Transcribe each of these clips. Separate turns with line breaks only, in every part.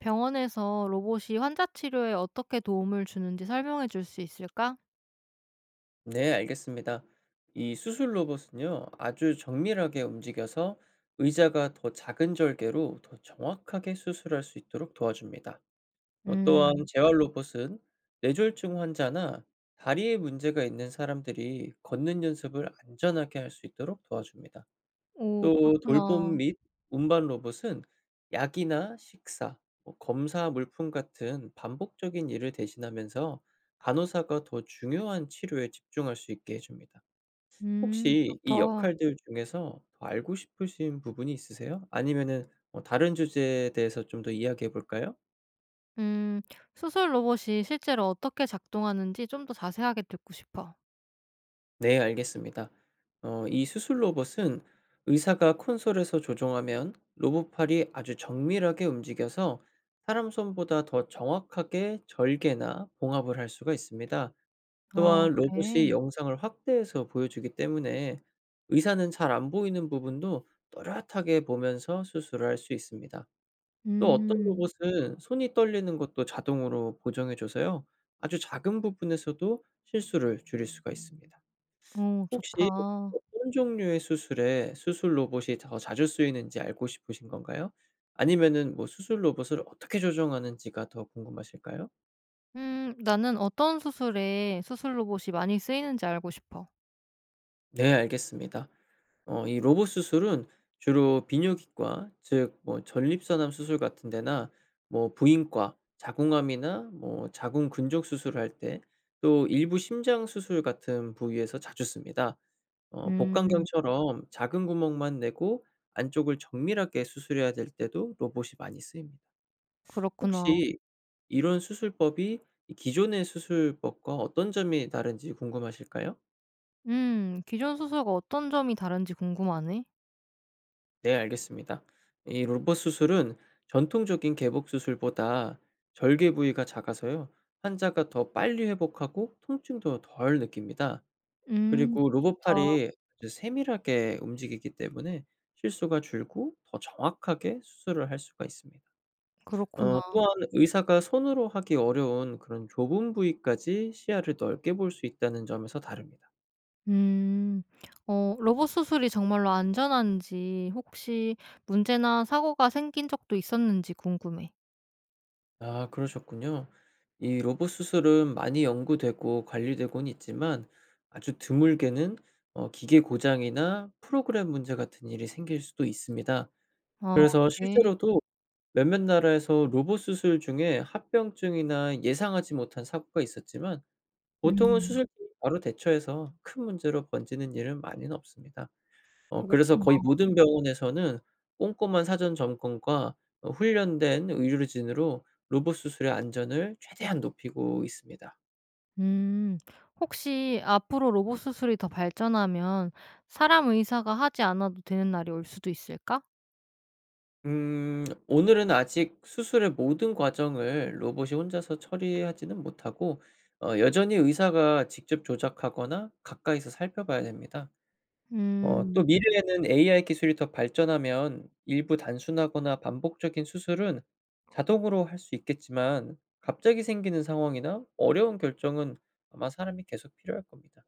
병원에서 로봇이 환자 치료에 어떻게 도움을 주는지 설명해 줄 수 있을까?
네, 알겠습니다. 이 수술 로봇은요, 아주 정밀하게 움직여서 의자가 더 작은 절개로 더 정확하게 수술할 수 있도록 도와줍니다. 또한
음,
재활 로봇은 뇌졸중 환자나 다리에 문제가 있는 사람들이 걷는 연습을 안전하게 할 수 있도록 도와줍니다.
오,
또 돌봄
그렇구나.
및 운반 로봇은 약이나 식사, 뭐 검사 물품 같은 반복적인 일을 대신하면서 간호사가 더 중요한 치료에 집중할 수 있게 해줍니다. 혹시 이
좋다.
역할들 중에서 더 알고 싶으신 부분이 있으세요? 아니면은 뭐 다른 주제에 대해서 좀 더 이야기해 볼까요?
음, 수술 로봇이 실제로 어떻게 작동하는지 좀 더 자세하게 듣고 싶어.
네, 알겠습니다. 이 수술 로봇은 의사가 콘솔에서 조종하면 로봇팔이 아주 정밀하게 움직여서 사람 손보다 더 정확하게 절개나 봉합을 할 수가 있습니다.
아,
또한
그래.
로봇이 영상을 확대해서 보여주기 때문에 의사는 잘 안 보이는 부분도 또렷하게 보면서 수술을 할 수 있습니다. 또 어떤
음,
로봇은 손이 떨리는 것도 자동으로 보정해줘서요. 아주 작은 부분에서도 실수를 줄일 수가 있습니다.
오,
혹시
좋다.
어떤 종류의 수술에 수술 로봇이 더 자주 쓰이는지 알고 싶으신 건가요? 아니면은 뭐 수술 로봇을 어떻게 조정하는지가 더 궁금하실까요?
나는 어떤 수술에 수술 로봇이 많이 쓰이는지 알고 싶어.
네, 알겠습니다. 이 로봇 수술은 주로 비뇨기과, 즉 뭐 전립선암 수술 같은 데나 뭐 부인과 자궁암이나 뭐 자궁 근종 수술을 할 때, 또 일부 심장 수술 같은 부위에서 자주 씁니다.
음,
복강경처럼 작은 구멍만 내고 안쪽을 정밀하게 수술해야 될 때도 로봇이 많이 쓰입니다.
그렇구나.
혹시 이런 수술법이 이 기존의 수술법과 어떤 점이 다른지 궁금하실까요?
기존 수술과 어떤 점이 다른지 궁금하네.
네, 알겠습니다. 이 로봇 수술은 전통적인 개복 수술보다 절개 부위가 작아서요. 환자가 더 빨리 회복하고 통증도 덜 느낍니다.
음,
그리고
좋다.
로봇팔이 아주 세밀하게 움직이기 때문에 실수가 줄고 더 정확하게 수술을 할 수가 있습니다.
그렇구나.
또한 의사가 손으로 하기 어려운 그런 좁은 부위까지 시야를 넓게 볼 수 있다는 점에서 다릅니다.
음. 로봇 수술이 정말로 안전한지 혹시 문제나 사고가 생긴 적도 있었는지 궁금해.
아, 그러셨군요. 이 로봇 수술은 많이 연구되고 관리되곤 있지만 아주 드물게는 기계 고장이나 프로그램 문제 같은 일이 생길 수도 있습니다.
아,
그래서
그래?
실제로도 몇몇 나라에서 로봇 수술 중에 합병증이나 예상하지 못한 사고가 있었지만, 보통은
음.
수술팀이 바로 대처해서 큰 문제로 번지는 일은 많이는 없습니다. 그래서 거의
그렇구나.
모든 병원에서는 꼼꼼한 사전 점검과 훈련된 의료진으로 로봇 수술의 안전을 최대한 높이고 있습니다.
음. 혹시 앞으로 로봇 수술이 더 발전하면 사람 의사가 하지 않아도 되는 날이 올 수도 있을까?
음, 오늘은 아직 수술의 모든 과정을 로봇이 혼자서 처리하지는 못하고 여전히 의사가 직접 조작하거나 가까이서 살펴봐야 됩니다. 또
음.
미래에는 AI 기술이 더 발전하면 일부 단순하거나 반복적인 수술은 자동으로 할 수 있겠지만, 갑자기 생기는 상황이나 어려운 결정은 아마 사람이 계속 필요할 겁니다.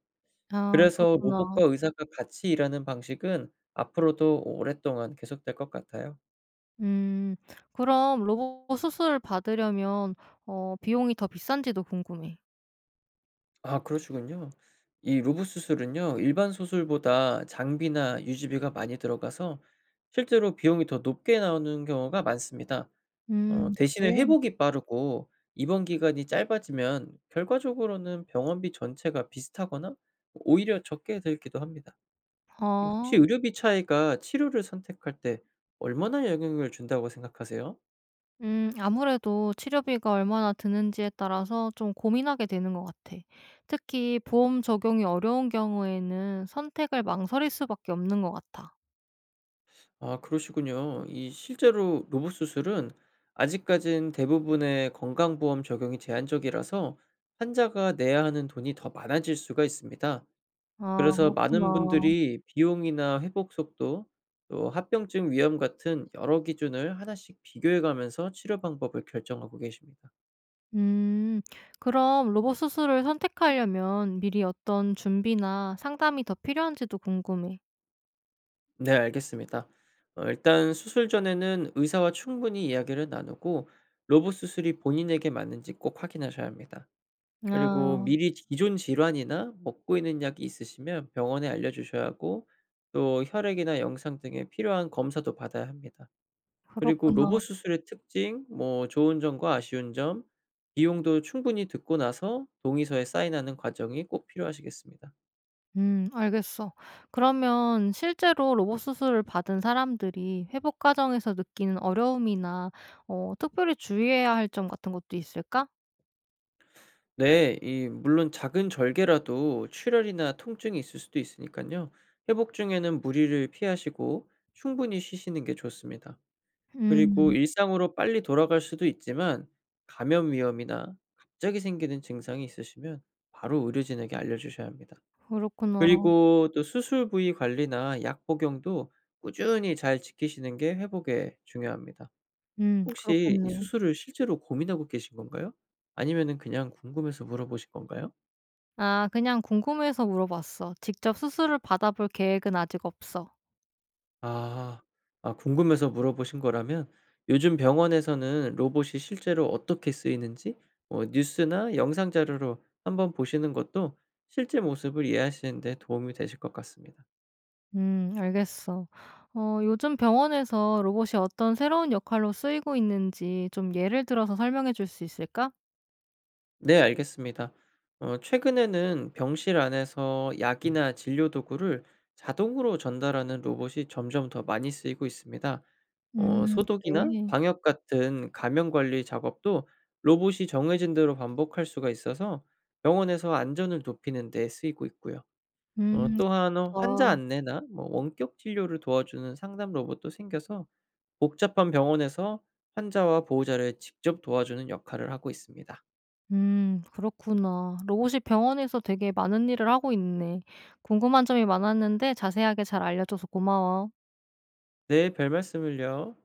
아,
그래서
그렇구나.
로봇과 의사가 같이 일하는 방식은 앞으로도 오랫동안 계속될 것 같아요.
음. 그럼 로봇 수술을 받으려면 비용이 더 비싼지도 궁금해.
아, 그러시군요. 이 로봇 수술은요, 일반 수술보다 장비나 유지비가 많이 들어가서 실제로 비용이 더 높게 나오는 경우가 많습니다.
음,
대신에
그래?
회복이 빠르고 입원 기간이 짧아지면 결과적으로는 병원비 전체가 비슷하거나 오히려 적게 들기도 합니다. 이 혹시
아.
의료비 차이가 치료를 선택할 때 얼마나 영향을 준다고 생각하세요?
아무래도 치료비가 얼마나 드는지에 따라서 좀 고민하게 되는 것 같아. 특히 보험 적용이 어려운 경우에는 선택을 망설일 수밖에 없는 것 같아.
아, 그러시군요. 이 실제로 로봇 수술은 아직까진 대부분의 건강보험 적용이 제한적이라서 환자가 내야 하는 돈이 더 많아질 수가 있습니다.
아,
그래서 많은
그렇구나.
분들이 비용이나 회복 속도, 또 합병증 위험 같은 여러 기준을 하나씩 비교해 가면서 치료 방법을 결정하고 계십니다.
음, 그럼 로봇 수술을 선택하려면 미리 어떤 준비나 상담이 더 필요한지도 궁금해.
네, 알겠습니다. 일단 수술 전에는 의사와 충분히 이야기를 나누고 로봇 수술이 본인에게 맞는지 꼭 확인하셔야 합니다. 그리고
아,
미리 기존 질환이나 먹고 있는 약이 있으시면 병원에 알려주셔야 하고, 또 혈액이나 영상 등의 필요한 검사도 받아야 합니다. 그리고
그렇구나.
로봇 수술의 특징, 뭐 좋은 점과 아쉬운 점, 비용도 충분히 듣고 나서 동의서에 사인하는 과정이 꼭 필요하시겠습니다.
알겠어. 그러면 실제로 로봇 수술을 받은 사람들이 회복 과정에서 느끼는 어려움이나 특별히 주의해야 할 점 같은 것도 있을까?
네. 이 물론 작은 절개라도 출혈이나 통증이 있을 수도 있으니까요, 회복 중에는 무리를 피하시고 충분히 쉬시는 게 좋습니다. 그리고
음,
일상으로 빨리 돌아갈 수도 있지만 감염 위험이나 갑자기 생기는 증상이 있으시면 바로 의료진에게 알려 주셔야 합니다.
그렇구나.
그리고 또 수술 부위 관리나 약 복용도 꾸준히 잘 지키시는 게 회복에 중요합니다.
음,
혹시 이
그렇겠네.
수술을 실제로 고민하고 계신 건가요? 아니면은 그냥 궁금해서 물어보신 건가요?
그냥 궁금해서 물어봤어. 직접 수술을 받아볼 계획은 아직 없어.
아. 아, 궁금해서 물어보신 거라면 요즘 병원에서는 로봇이 실제로 어떻게 쓰이는지 뭐 뉴스나 영상 자료로 한번 보시는 것도 실제 모습을 이해하시는 데 도움이 되실 것 같습니다.
알겠어. 요즘 병원에서 로봇이 어떤 새로운 역할로 쓰이고 있는지 좀 예를 들어서 설명해 줄 수 있을까?
네, 알겠습니다. 최근에는 병실 안에서 약이나 진료 도구를 자동으로 전달하는 로봇이 점점 더 많이 쓰이고 있습니다.
음,
소독이나
그래.
방역 같은 감염 관리 작업도 로봇이 정해진 대로 반복할 수가 있어서 병원에서 안전을 높이는 데 쓰이고 있고요.
음,
또한 환자
그쵸.
안내나 뭐 원격 진료를 도와주는 상담 로봇도 생겨서 복잡한 병원에서 환자와 보호자를 직접 도와주는 역할을 하고 있습니다.
음, 그렇구나. 로봇이 병원에서 되게 많은 일을 하고 있네. 궁금한 점이 많았는데 자세하게 잘 알려줘서 고마워.
네, 별 말씀을요.